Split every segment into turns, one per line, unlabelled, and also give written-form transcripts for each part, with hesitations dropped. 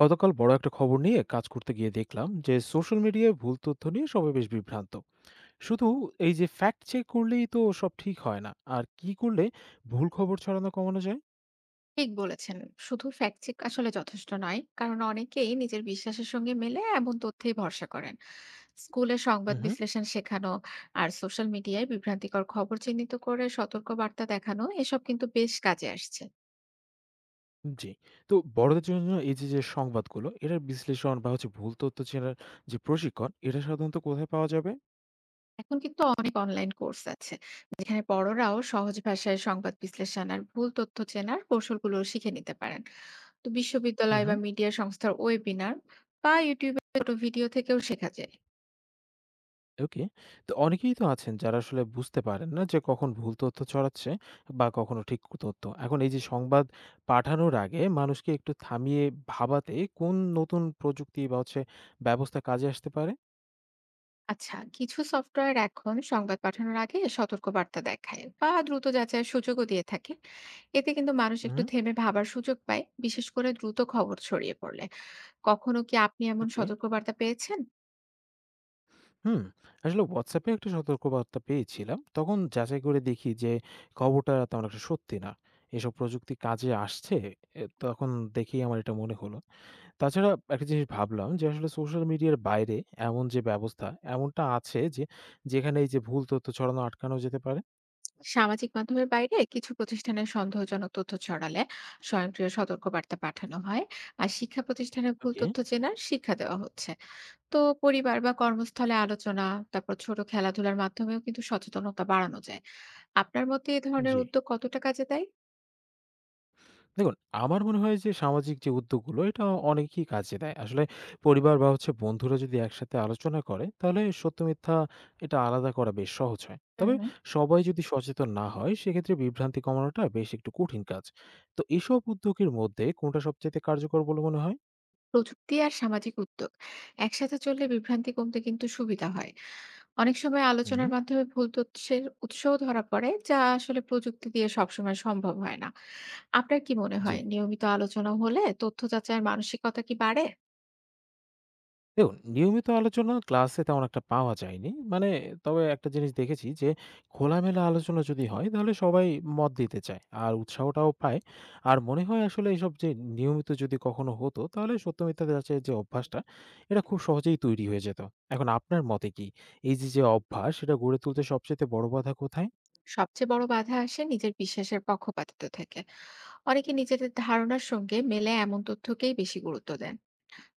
গতকাল বড় একটা খবর নিয়ে কাজ করতে গিয়ে দেখলাম যে সোশ্যাল মিডিয়ায় ভুল তথ্য নিয়ে সবাই বেশ বিভ্রান্ত। শুধু এই যে ফ্যাক্ট চেক করলেই তো সব ঠিক হয় না, আর কি করলে ভুল খবর ছড়ানো কমানো যায়?
ঠিক বলেছেন। শুধু ফ্যাক্ট চেক আসলে যথেষ্ট নয়, কারণ অনেকেই নিজের বিশ্বাসের সঙ্গে মেলে এমন তথ্যেই ভরসা করেন। স্কুলে সংবাদ
হুম
বিশ্লেষণ শেখানো আর সোশ্যাল মিডিয়ায় বিভ্রান্তিকর খবর চিহ্নিত করে সতর্ক বার্তা দেখানো, এসব কিন্তু বেশ কাজে আসছে।
জি, তো বড়দের জন্য এই যে যে সংবাদগুলো এটার বিশ্লেষণ বা ভুল তথ্য চেনার যে প্রশিক্ষণ এটা সাধারণত কোথায় পাওয়া যাবে?
এখন কিন্তু অনেক অনলাইন কোর্স আছে, যেখানে বড়রাও সহজ ভাষায় সংবাদ বিশ্লেষণ আর ভুল তথ্য চেনার কৌশলগুলো শিখে নিতে পারেন। তো বিশ্ববিদ্যালয় বা
হুম
মিডিয়া সংস্থার ওয়েবিনার বা ইউটিউবে ছোট ভিডিও থেকেও শেখা যায়।
ওকে। তো অনেকেই তো আছেন যারা আসলে বুঝতে পারেন না যে কখন ভুল তথ্য ছড়াচ্ছে বা কখনো ঠিক তথ্য। এখন এই যে সংবাদ পাঠানোর আগে মানুষকে একটু থামিয়ে ভাবাতে কোন নতুন প্রযুক্তি বা ব্যবস্থা কাজে আসতে পারে?
আচ্ছা, কিছু সফটওয়্যার এখন সংবাদ পাঠানোর আগে সতর্ক বার্তা দেখায় বা দ্রুত যাচাইয়ের সুযোগও দিয়ে থাকে। এতে কিন্তু মানুষ একটু
হুম
থেমে ভাবার সুযোগ পায়, বিশেষ করে দ্রুত খবর ছড়িয়ে পড়লে। কখনো কি আপনি এমন
ওকে।
সতর্ক বার্তা পেয়েছেন?
হুম। আসলে WhatsApp এ একটা সতর্কবার্তা পেয়েছিলাম। তখন যাচাই করে দেখি যে খবরটা তেমন একটা সত্যি না। এসব প্রযুক্তি কাজে আসছে, এ তখন দেখেই আমার এটা মনে হলো। তাছাড়া একটা জিনিস ভাবলাম যে আসলে সোশ্যাল মিডিয়ার বাইরে এমন যে ব্যবস্থা, এমনটা আছে যে যেখানে এই যে ভুল তথ্য ছড়ানো আটকানো যেতে পারে?
সামাজিক মাধ্যমের বাইরে কিছু প্রতিষ্ঠানের সন্দেহজনক তথ্য ছড়ালে স্বয়ংক্রিয় সতর্ক বার্তা পাঠানো হয়, আর শিক্ষা প্রতিষ্ঠানে ভুল
ওকে।
তথ্য চেনার শিক্ষা দেওয়া হচ্ছে। তো পরিবার বা কর্মস্থলে আলোচনা, তারপর ছোট খেলাধুলার মাধ্যমেও কিন্তু সচেতনতা বাড়ানো যায়। আপনার মতে এই ধরনের
জি,
উদ্যোগ কতটা কাজে দেয়?
দেখুন, আমার মনে হয় যে সামাজিক যে উদ্যোগগুলো এটা অনেকই কাজে দেয় আসলে। পরিবার বা বন্ধুরা যদি একসাথে আলোচনা করে তাহলে সত্য মিথ্যা এটা আলাদা করা বেশ সহজ হয়। তবে
হুম।
সবাই যদি সচেতন না হয় সেক্ষেত্রে বিভ্রান্তি কমানোটা বেশ একটু কঠিন কাজ। তো এসব উদ্যোগের মধ্যে কোনটা সবচেয়ে কার্যকর বলে মনে হয়?
প্রযুক্তি আর সামাজিক উদ্যোগ একসাথে চললে বিভ্রান্তি কমতে কিন্তু সুবিধা হয়। অনেক সময়
হুম
আলোচনার মাধ্যমে ভুল তথ্যের উৎসও ধরা পড়ে, যা আসলে প্রযুক্তি দিয়ে সবসময় সম্ভব হয় না। আপনার কি মনে
জি,
হয়, নিয়মিত আলোচনা হলে তথ্য যাচাইয়ের মানসিকতা কি বাড়ে?
দেখুন, নিয়মিত আলোচনা ক্লাসে তেমন একটা পাওয়া যায়নি। মানে, তবে একটা জিনিস দেখেছি যে খোলামেলা আলোচনা যদি হয় তাহলে সবাই মত দিতে চায়। আর উৎসাহটাও পায়। আর মনে হয় আসলে এসব যে নিয়মিত যদি কখনো হতো তাহলে সত্য মিথ্যা যাচাইয়ের যে অভ্যাসটা এটা খুব সহজেই তৈরি হয়ে যেত। এখন আপনার মতে কি এই যে, যে অভ্যাস সেটা গড়ে তুলতে সবচাইতে বড় বাধা কোথায়?
সবচেয়ে বড় বাধা আসে নিজের বিশ্বাসের পক্ষপাতিত্ব থেকে। অনেকে নিজেদের ধারণার সঙ্গে মেলে এমন তথ্যকেই বেশি গুরুত্ব দেন।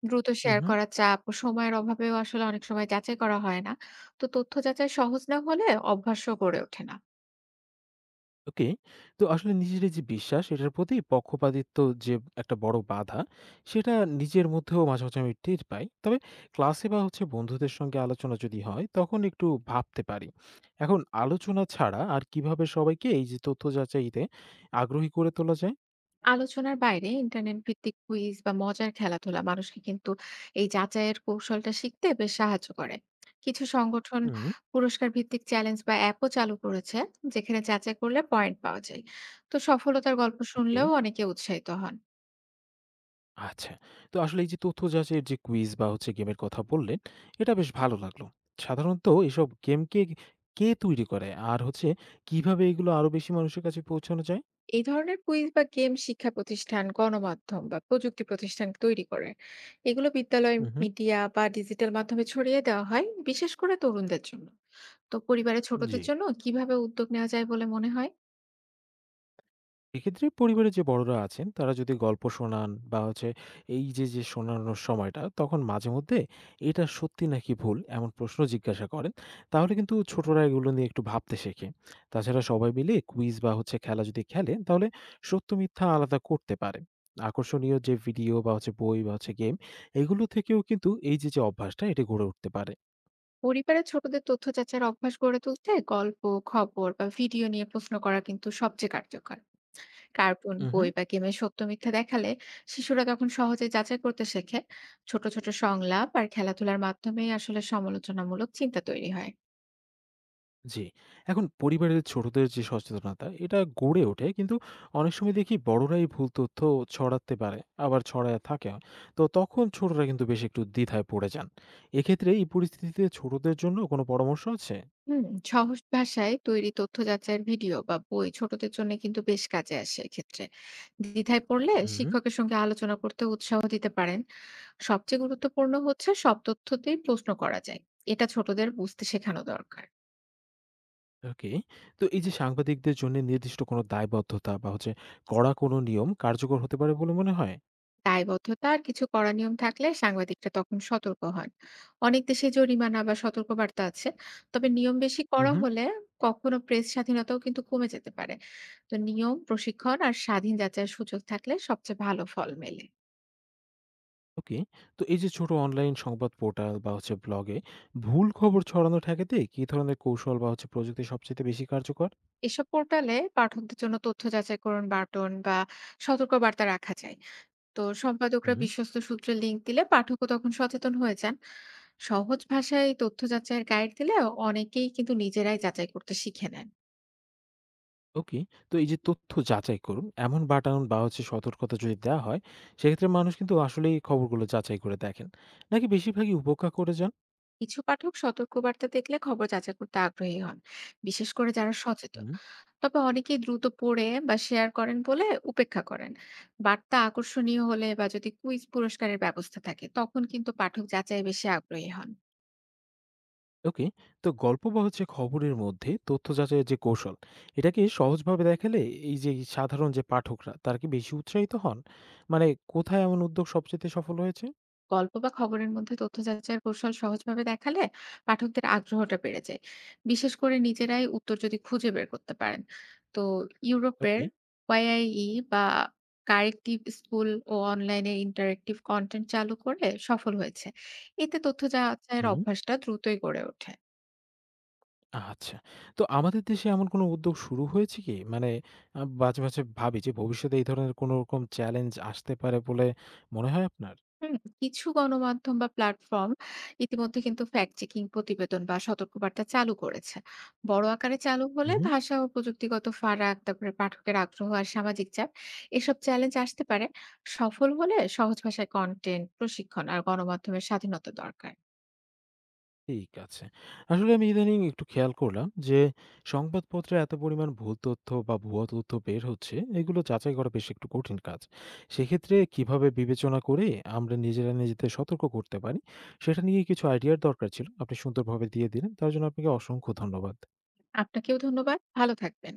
দ্রুত শেয়ার
উহু।
করার চাপ ও সময়ের অভাবেও আসলে অনেক সময় যাচাই করা হয় না। তো তথ্য যাচাই সহজ না হলে অভ্যাসও গড়ে ওঠে না।
ওকে। তো আসলে নিজের এই যে বিশ্বাস এটার প্রতি পক্ষপাতিত্ব যে একটা বড় বাধা, সেটা নিজের মধ্যেও মাঝে মাঝে আমি টের পাই। তবে ক্লাসে বা বন্ধুদের সঙ্গে আলোচনা যদি হয় তখন একটু ভাবতে পারি। এখন আলোচনা ছাড়া আর কিভাবে সবাইকে এই যে তথ্য যাচাইতে আগ্রহী করে তোলা যায়?
আলোচনার বাইরে ইন্টারনেট ভিত্তিক কুইজ বা মজার খেলাধুলা মানুষকে কিন্তু এই যাচাইয়ের কৌশলটা শিখতে বেশ সাহায্য করে। কিছু সংগঠন
হুম।
পুরস্কার ভিত্তিক চ্যালেঞ্জ বা অ্যাপও চালু করেছে, যেখানে যাচাই করলে পয়েন্ট পাওয়া যায়। তো সফলতার গল্প
ওকে,
শুনলেও অনেকে উৎসাহিত হন।
আচ্ছা। তো আসলে এই যে তথ্য যাচাইয়ের যে কুইজ বা গেমের কথা বললেন, এটা বেশ ভালো লাগলো। সাধারণত এসব গেমকে কে তৈরি করে? আর কিভাবে এগুলো আরো বেশি মানুষের কাছে পৌঁছানো যায়?
এই ধরনের কুইজ বা গেম শিক্ষা প্রতিষ্ঠান, গণমাধ্যম বা প্রযুক্তি প্রতিষ্ঠান তৈরি করে। এগুলো বিদ্যালয়,
হুম, হুম।
মিডিয়া বা ডিজিটাল মাধ্যমে ছড়িয়ে দেওয়া হয়, বিশেষ করে তরুণদের জন্য। তো পরিবারে
জি।
ছোটদের জন্য কিভাবে উদ্যোগ নেওয়া যায় বলে মনে হয়?
এক্ষেত্রে পরিবারের যে বড়রা আছেন তারা যদি গল্প শোনান বা এই যে, যে শোনানোর সময়টা তখন মাঝে মধ্যে এটা সত্যি নাকি ভুল এমন প্রশ্ন জিজ্ঞাসা করেন। তাহলে কিন্তু ছোটরা এগুলো নিয়ে একটু ভাবতে শেখে। তাছাড়া সবাই মিলে কুইজ বা খেলা যদি খেলে তাহলে সত্য মিথ্যা আলাদা করতে পারে। আকর্ষণীয় যে ভিডিও বা বই বা গেম, এগুলো থেকেও কিন্তু এই যে, যে অভ্যাসটা এটা গড়ে উঠতে পারে।
পরিবারে ছোটদের তথ্য যাচাইয়ের অভ্যাস গড়ে তুলতে গল্প, খবর বা ভিডিও নিয়ে প্রশ্ন করা কিন্তু সবচেয়ে কার্যকর। কার্টুন,
উহু।
বই বা গেমে সত্য মিথ্যা দেখালে শিশুরা তখন সহজে যাচাই করতে শেখে। ছোট ছোট সংলাপ আর খেলাধুলার মাধ্যমেই আসলে সমালোচনামূলক চিন্তা তৈরি হয়।
জি। এখন পরিবারের ছোটদের যে সচেতনতা এটা গড়ে ওঠে, কিন্তু অনেক সময় দেখি বড়রাই ভুল তথ্য ছড়াতে পারে, আবার ছড়ায় থাকে। তো তখন ছোটরা কিন্তু বেশ একটু দ্বিধায় পড়ে যান। এক্ষেত্রে এই পরিস্থিতিতে ছোটদের জন্য কোনো পরামর্শ আছে?
হুম, সহজ ভাষায় তৈরি তথ্য যাচাইয়ের ভিডিও বা বই ছোটদের জন্য কিন্তু বেশ কাজে আসে এক্ষেত্রে। দ্বিধায় পড়লে
হুম
শিক্ষকের সঙ্গে আলোচনা করতে উৎসাহ দিতে পারেন। সবচেয়ে গুরুত্বপূর্ণ হচ্ছে, সব তথ্যতেই প্রশ্ন করা যায়। এটা ছোটদের বুঝতে শেখানো দরকার।
ওকে। তো এই যে সাংবাদিকদের জন্য নির্দিষ্ট কোনো দায়বদ্ধতা বা কড়া কোনো নিয়ম কার্যকর হতে পারে বলে মনে হয়?
দায়বদ্ধতা আর কিছু কড়া নিয়ম থাকলে সাংবাদিকরা তখন সতর্ক হন। অনেক দেশে জরিমানা বা সতর্কবার্তা আছে। তবে নিয়ম বেশি কড়া
হুম
হলে কখনো প্রেস স্বাধীনতাও কিন্তু কমে যেতে পারে। তো নিয়ম, প্রশিক্ষণ আর স্বাধীন যাচাইয়ের সুযোগ থাকলে সবচেয়ে ভালো ফল মেলে।
ওকে। তো এই যে ছোট অনলাইন সংবাদ পোর্টাল বা ব্লগে ভুল খবর ছড়ানো ঠেকাতে কি ধরনের কৌশল বা প্রযুক্তি সবচেয়ে বেশি কার্যকর?
এসব পোর্টালে পাঠকদের জন্য তথ্য যাচাইকরণ বাটন বা সতর্কবার্তা রাখা যায়। তো সম্পাদকরা
হুম,
বিশ্বস্ত সূত্রে লিংক দিলে পাঠকও তখন সচেতন হয়ে যান। সহজ ভাষায় তথ্য যাচাইয়ের গাইড দিলে অনেকেই কিন্তু নিজেরাই যাচাই করতে শিখে নেন।
ওকে। তো এই যে তথ্য যাচাই করুন এমন বাটন বা সতর্কতা যদি দেওয়া হয়, সেক্ষেত্রে মানুষ কিন্তু আসলেই খবরগুলো যাচাই করে দেখেন, নাকি বেশিরভাগই উপেক্ষা করে যান?
কিছু পাঠক সতর্কবার্তা দেখলে খবর যাচাই করতে আগ্রহী হন, বিশেষ করে যারা সচেতন।
হুম,
তবে অনেকেই দ্রুত পড়ে বা শেয়ার করেন বলে উপেক্ষা করেন। বার্তা আকর্ষণীয় হলে বা যদি কুইজ পুরস্কারের ব্যবস্থা থাকে তখন কিন্তু পাঠক যাচাই বেশি আগ্রহী হন।
ওকে। তো গল্প বা খবরের মধ্যে তথ্য যাচাইয়ের যে কৌশল, এটাকে সহজভাবে দেখালে এই যে সাধারণ যে পাঠকরা তারা কি বেশি উৎসাহিত হন? মানে কোথায় এমন উদ্যোগ সবচেয়ে সফল হয়েছে?
গল্প বা খবরের মধ্যে তথ্য যাচাইয়ের কৌশল সহজভাবে দেখালে পাঠকদের আগ্রহটা বেড়ে যায়, বিশেষ করে নিজেরাই উত্তর যদি খুঁজে বের করতে পারেন। তো ইউরোপের
ওকে।
ওয়াইআইই বা কারেক্টিভ স্কুল ও অনলাইনে ইন্টারেক্টিভ কন্টেন্ট চালু করে সফল হয়েছে। এতে তথ্য যাচাইয়ের
হুম,
অভ্যাসটা দ্রুতই গড়ে ওঠে।
আচ্ছা। তো আমাদের দেশে এমন কোনো উদ্যোগ শুরু হয়েছে কি? মানে আ মাঝে মাঝে ভাবি যে ভবিষ্যতে এই ধরনের কোনো রকম চ্যালেঞ্জ আসতে পারে বলে মনে হয় আপনার?
হুম, কিছু গণমাধ্যম বা প্ল্যাটফর্ম ইতিমধ্যে কিন্তু ফ্যাক্ট চেকিং প্রতিবেদন বা সতর্কবার্তা চালু করেছে। বড় আকারে চালু হলে
উহু।
ভাষা ও প্রযুক্তিগত ফারাক, তারপরে পাঠকের আগ্রহ আর সামাজিক চাপ, এসব চ্যালেঞ্জ আসতে পারে। সফল হলে সহজ ভাষায় কন্টেন্ট, প্রশিক্ষণ আর গণমাধ্যমের স্বাধীনতা দরকার।
ঠিক আছে। আসলে আমি ইদানিং একটু খেয়াল করলাম যে সংবাদপত্রে এত পরিমাণ ভুল তথ্য বা ভুয়া তথ্য বের হচ্ছে, এগুলো যাচাই করা বেশ একটু কঠিন কাজ। সেক্ষেত্রে কিভাবে বিবেচনা করে আমরা নিজেরা নিজেদের সতর্ক করতে পারি, সেটা নিয়ে কিছু আইডিয়ার দরকার ছিল। আপনি সুন্দরভাবে দিয়ে দিলেন। তার জন্য আপনাকে অসংখ্য ধন্যবাদ।
আপনাকেও ধন্যবাদ। ভালো থাকবেন।